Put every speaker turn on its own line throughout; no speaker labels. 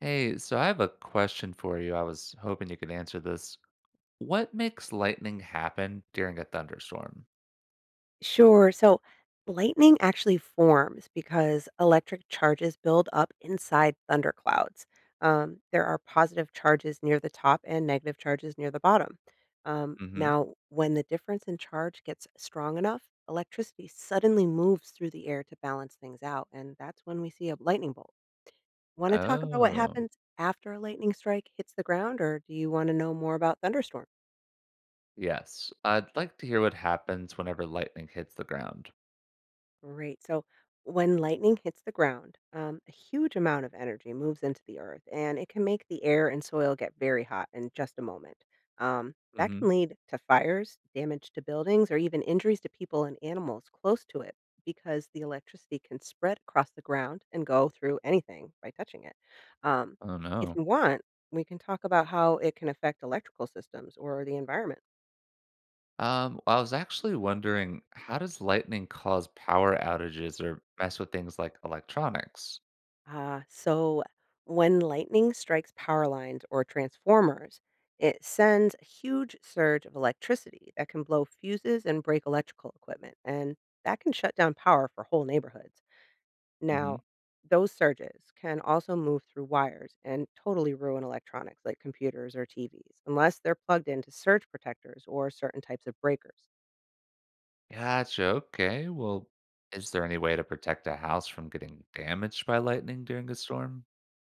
Hey, so I have a question for you. I was hoping you could answer this. What makes lightning happen during a thunderstorm?
Sure. So lightning actually forms because electric charges build up inside thunderclouds. There are positive charges near the top and negative charges near the bottom. Um,
Hmm.
now, when the difference in charge gets strong enough, electricity suddenly moves through the air to balance things out. And that's when we see a lightning bolt. Want to talk about what
Oh,
happens after a lightning strike hits the ground, or do you want to know more about thunderstorms?
yes. I'd like to hear what happens whenever lightning hits the ground.
Great. So when lightning hits the ground, a huge amount of energy moves into the earth and it can make the air and soil get very hot in just a moment. That can
Hmm.
lead to fires, damage to buildings, or even injuries to people and animals close to it because the electricity can spread across the ground and go through anything by touching it. Um,
Oh
if
no.
you want, we can talk about how it can affect electrical systems or the environment.
Well, I was actually wondering, how does lightning cause power outages or mess with things like electronics?
So when lightning strikes power lines or transformers, it sends a huge surge of electricity that can blow fuses and break electrical equipment, and that can shut down power for whole neighborhoods. Now,
Hmm.
those surges can also move through wires and totally ruin electronics like computers or TVs, unless they're plugged into surge protectors or certain types of breakers.
Gotcha. Okay. Well, is there any way to protect a house from getting damaged by lightning during a storm?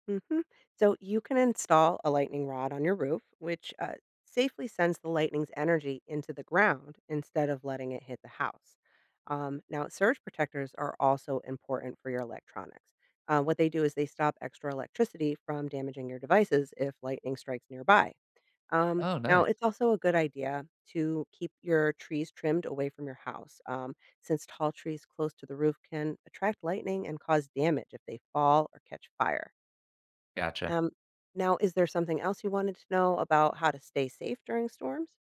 Mhm. So you can install a lightning rod on your roof, which safely sends the lightning's energy into the ground instead of letting it hit the house. Now, surge protectors are also important for your electronics. What they do is they stop extra electricity from damaging your devices if lightning strikes nearby. Um,
Oh,
now,
nice.
it's also a good idea to keep your trees trimmed away from your house, since tall trees close to the roof can attract lightning and cause damage if they fall or catch fire.
Gotcha.
Um, now, is there something else you wanted to know about how to stay safe during storms?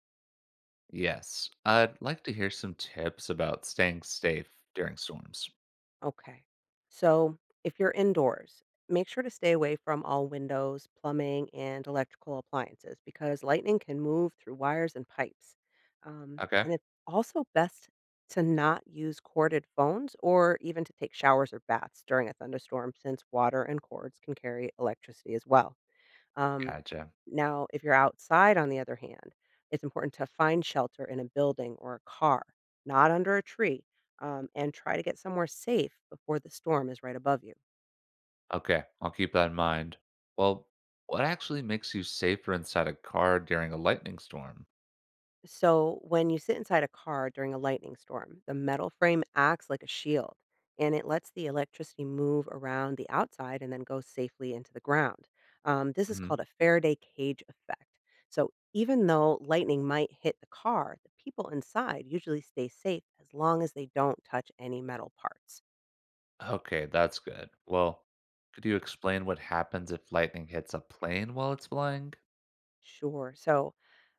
Yes. I'd like to hear some tips about staying safe during storms.
Okay. So, if you're indoors, make sure to stay away from all windows, plumbing, and electrical appliances because lightning can move through wires and pipes.
Okay.
And it's also best to not use corded phones or even to take showers or baths during a thunderstorm since water and cords can carry electricity as well. Um,
Gotcha.
now, if you're outside, on the other hand, it's important to find shelter in a building or a car, not under a tree, and try to get somewhere safe before the storm is right above you.
Okay, I'll keep that in mind. Well, what actually makes you safer inside a car during a lightning storm?
So, when you sit inside a car during a lightning storm, the metal frame acts like a shield and it lets the electricity move around the outside and then go safely into the ground. This is
Hmm.
called a Faraday cage effect. So, even though lightning might hit the car, the people inside usually stay safe as long as they don't touch any metal parts.
Okay, that's good. Well, could you explain what happens if lightning hits a plane while it's flying?
Sure. So,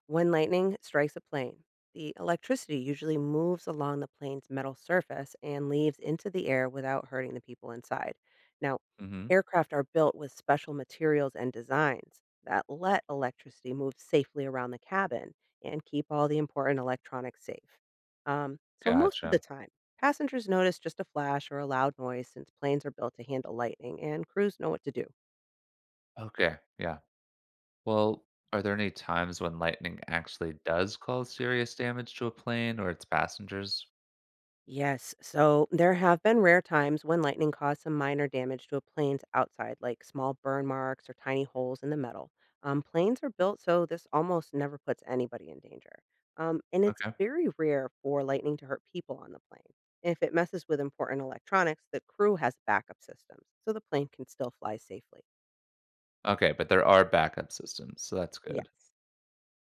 when lightning strikes a plane, the electricity usually moves along the plane's metal surface and leaves into the air without hurting the people inside. Now,
Hmm.
aircraft are built with special materials and designs that let electricity move safely around the cabin and keep all the important electronics safe. So, most of the
Gotcha.
time, passengers notice just a flash or a loud noise since planes are built to handle lightning and crews know what to do.
Okay, yeah. Well, are there any times when lightning actually does cause serious damage to a plane or its passengers?
Yes. So there have been rare times when lightning caused some minor damage to a plane's outside, like small burn marks or tiny holes in the metal. Planes are built so this almost never puts anybody in danger. And it's very rare for lightning to hurt people on the plane. If it messes with important electronics, the crew has backup systems, so the plane can still fly safely.
Okay, but there are backup systems, so that's good.
Yes.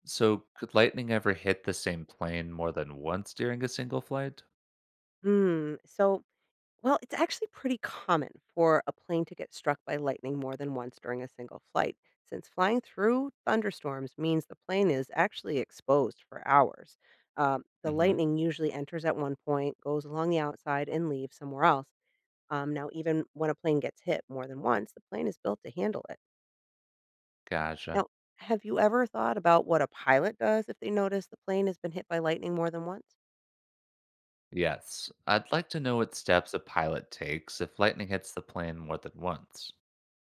So, could lightning ever hit the same plane more than once during a single flight?
Hmm. Well, it's actually pretty common for a plane to get struck by lightning more than once during a single flight, since flying through thunderstorms means the plane is actually exposed for hours. The
Mm-hmm.
lightning usually enters at one point, goes along the outside, and leaves somewhere else. Now, even when a plane gets hit more than once, the plane is built to handle it.
Gotcha.
Now, have you ever thought about what a pilot does if they notice the plane has been hit by lightning more than once?
Yes. I'd like to know what steps a pilot takes if lightning hits the plane more than once.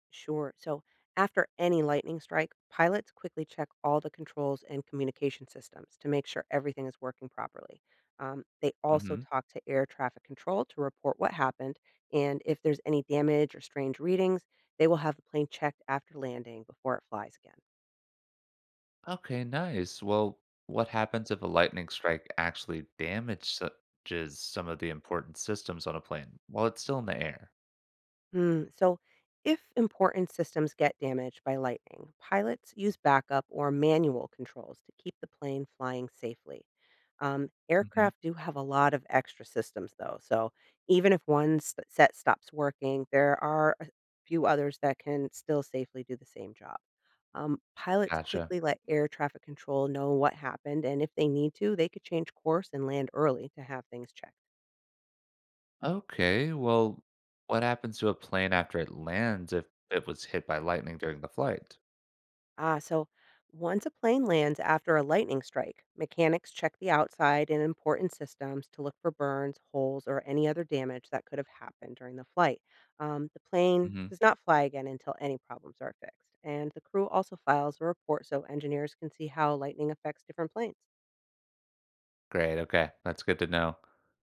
Sure. So, after any lightning strike, pilots quickly check all the controls and communication systems to make sure everything is working properly. They also
Mm-hmm.
talk to air traffic control to report what happened. And if there's any damage or strange readings, they will have the plane checked after landing before it flies again.
Okay, nice. Well, what happens if a lightning strike actually damages some of the important systems on a plane while it's still in the air?
So, if important systems get damaged by lightning, pilots use backup or manual controls to keep the plane flying safely.
Mm-hmm.
Aircraft do have a lot of extra systems, though. So, even if set stops working, there are a few others that can still safely do the same job. Pilots
Gotcha.
quickly let air traffic control know what happened, and if they need to, they could change course and land early to have things checked.
Okay, well, what happens to a plane after it lands if it was hit by lightning during the flight?
So once a plane lands after a lightning strike, mechanics check the outside and important systems to look for burns, holes, or any other damage that could have happened during the flight. The plane
Hmm.
does not fly again until any problems are fixed. And the crew also files a report so engineers can see how lightning affects different planes.
Great, okay, that's good to know.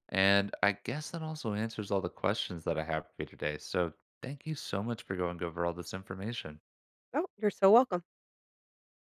And I guess that also answers all the questions that I have for you today. So thank you so much for going over all this information.
Oh, you're so welcome.